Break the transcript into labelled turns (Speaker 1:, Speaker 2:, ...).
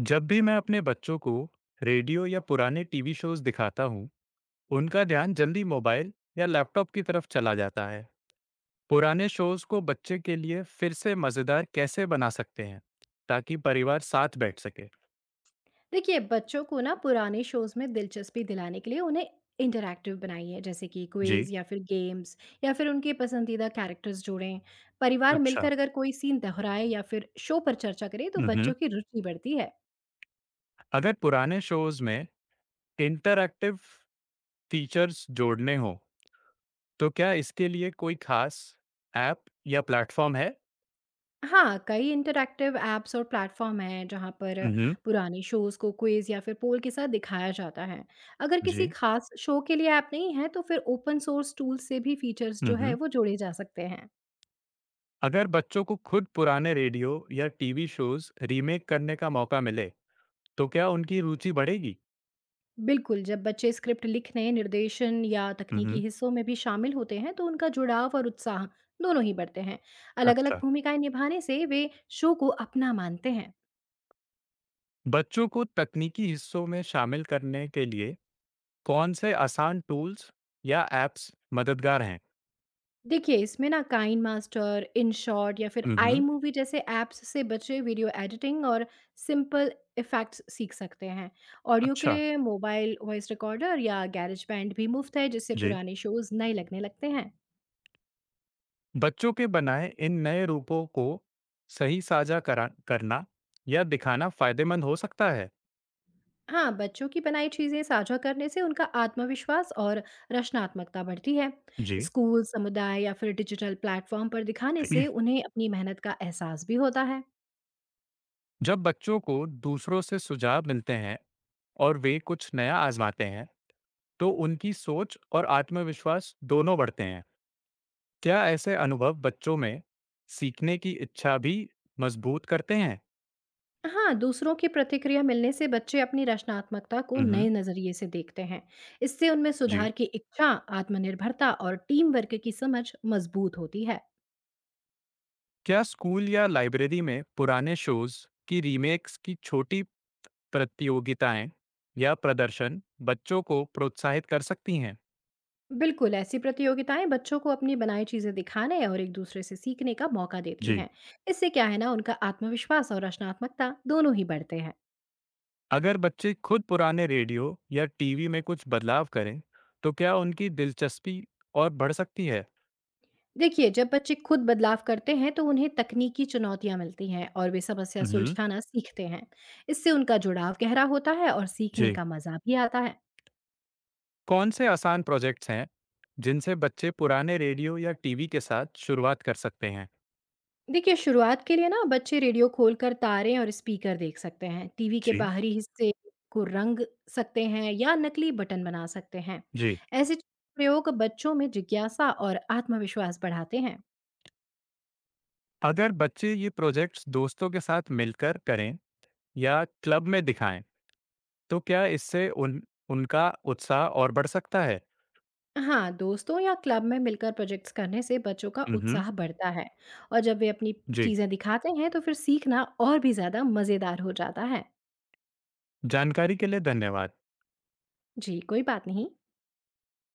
Speaker 1: जब भी मैं अपने बच्चों को रेडियो या पुराने टीवी शोज दिखाता हूँ, उनका ध्यान जल्दी मोबाइल या लैपटॉप की तरफ चला जाता है। पुराने शोज को बच्चे के लिए फिर से मजेदार कैसे बना सकते हैं, ताकि परिवार साथ बैठ सके?
Speaker 2: देखिए, बच्चों को ना पुराने शोज में दिलचस्पी दिलाने के लिए उन्हें इंटरैक्टिव बनाइए, जैसे कि
Speaker 1: जी।
Speaker 2: क्विज या फिर गेम्स, या फिर उनके पसंदीदा कैरेक्टर्स जोड़ें। परिवार
Speaker 1: अच्छा।
Speaker 2: मिलकर अगर कोई सीन दोहराए या फिर शो पर चर्चा करे, तो
Speaker 1: हम्म,
Speaker 2: बच्चों की रुचि बढ़ती है।
Speaker 1: अगर पुराने शोज में इंटरैक्टिव फीचर्स जोड़ने हो, तो क्या इसके लिए कोई खास ऐप या प्लेटफॉर्म है?
Speaker 2: हाँ, कई इंटरैक्टिव ऐप्स और प्लेटफॉर्म हैं जहाँ पर
Speaker 1: हम्म,
Speaker 2: पुराने शोज को क्विज या फिर पोल के साथ दिखाया जाता है। अगर किसी
Speaker 1: जी।
Speaker 2: खास शो के लिए ऐप नहीं है, तो फिर ओपन सोर्स टूल से भी फीचर्स जो है
Speaker 1: हम्म।
Speaker 2: वो जोड़े जा सकते हैं।
Speaker 1: अगर बच्चों को खुद पुराने रेडियो या टीवी शोज रीमेक करने का मौका मिले तो क्या उनकी रुचि बढ़ेगी?
Speaker 2: बिल्कुल, जब बच्चे स्क्रिप्ट लिखने, निर्देशन या
Speaker 1: हम्म
Speaker 2: तकनीकी हिस्सों में भी शामिल होते हैं, तो उनका जुड़ाव और उत्साह दोनों ही बढ़ते हैं। अलग-अलग
Speaker 1: अच्छा।
Speaker 2: भूमिकाएं निभाने से वे शो को अपना मानते हैं।
Speaker 1: बच्चों को तकनीकी हिस्सों में शामिल करने के लिए कौन से आसान टूल्स या एप्स मददगार हैं?
Speaker 2: देखिए, इसमें ना काइन मास्टर, इन शॉट या फिर आई
Speaker 1: हम्म
Speaker 2: मूवी जैसे ऐप्स से बच्चे वीडियो एडिटिंग और सिंपल इफेक्ट्स सीख सकते हैं। ऑडियो के
Speaker 1: अच्छा।
Speaker 2: लिए मोबाइल वॉइस रिकॉर्डर या गैरेज बैंड भी मुफ्त है, जिससे
Speaker 1: जी।
Speaker 2: पुराने शोज नए लगने लगते हैं।
Speaker 1: बच्चों के बनाए इन नए रूपों को सही साझा करा करना या दिखाना फायदेमंद हो सकता है।
Speaker 2: हाँ, बच्चों की बनाई चीजें साझा करने से उनका आत्मविश्वास और रचनात्मकता बढ़ती है।
Speaker 1: जी।
Speaker 2: स्कूल समुदाय या फिर डिजिटल प्लेटफॉर्म पर दिखाने से उन्हें अपनी मेहनत का एहसास भी होता है।
Speaker 1: जब बच्चों को दूसरों से सुझाव मिलते हैं और वे कुछ नया आजमाते हैं तो उनकी सोच और आत्मविश्वास दोनों बढ़ते हैं। क्या ऐसे अनुभव बच्चों में सीखने की इच्छा भी मजबूत करते हैं?
Speaker 2: हाँ, दूसरों की प्रतिक्रिया मिलने से बच्चे अपनी रचनात्मकता को
Speaker 1: हम्म
Speaker 2: नए नजरिए से देखते हैं। इससे उनमें
Speaker 1: जी।
Speaker 2: सुधार की इच्छा, आत्मनिर्भरता और टीम वर्क की समझ मजबूत होती है।
Speaker 1: क्या स्कूल या लाइब्रेरी में पुराने शोज की रीमेक्स की छोटी प्रतियोगिताएं या प्रदर्शन बच्चों को प्रोत्साहित कर सकती हैं?
Speaker 2: बिल्कुल, ऐसी प्रतियोगिताएं बच्चों को अपनी बनाई चीजें दिखाने और एक दूसरे से सीखने का मौका देती
Speaker 1: जी।
Speaker 2: हैं। इससे क्या है ना, उनका आत्मविश्वास और रचनात्मकता दोनों ही बढ़ते हैं।
Speaker 1: अगर बच्चे खुद पुराने रेडियो या टीवी में कुछ बदलाव करें, तो क्या उनकी दिलचस्पी और बढ़ सकती है?
Speaker 2: देखिए, जब बच्चे खुद बदलाव करते हैं तो उन्हें तकनीकी चुनौतियां मिलती हैं और वे समस्या
Speaker 1: हम्म
Speaker 2: सुलझाना सीखते हैं। इससे उनका जुड़ाव गहरा होता है और सीखने
Speaker 1: जी।
Speaker 2: का मजा भी आता है।
Speaker 1: कौन से आसान प्रोजेक्ट्स हैं जिनसे बच्चे पुराने रेडियो या टीवी के साथ शुरुआत कर सकते हैं?
Speaker 2: देखिए, शुरुआत के लिए ना बच्चे रेडियो खोलकर तारे और स्पीकर देख सकते हैं। टीवी के
Speaker 1: जी।
Speaker 2: बाहरी हिस्से को रंग सकते हैं या नकली बटन बना सकते हैं।
Speaker 1: जी।
Speaker 2: ऐसे प्रयोग बच्चों में जिज्ञासा और आत्मविश्वास बढ़ाते हैं।
Speaker 1: अगर बच्चे ये प्रोजेक्ट्स दोस्तों के साथ मिलकर करें या क्लब में दिखाएं तो क्या इससे उन उनका उत्साह और बढ़ सकता है?
Speaker 2: हाँ, दोस्तों या क्लब में मिलकर प्रोजेक्ट्स करने से बच्चों का
Speaker 1: हम्म
Speaker 2: उत्साह बढ़ता है और जब वे अपनी
Speaker 1: जी।
Speaker 2: चीज़ें दिखाते हैं, तो फिर सीखना और भी ज़्यादा मज़ेदार हो जाता है।
Speaker 1: जानकारी के लिए धन्यवाद।
Speaker 2: जी, कोई बात नहीं।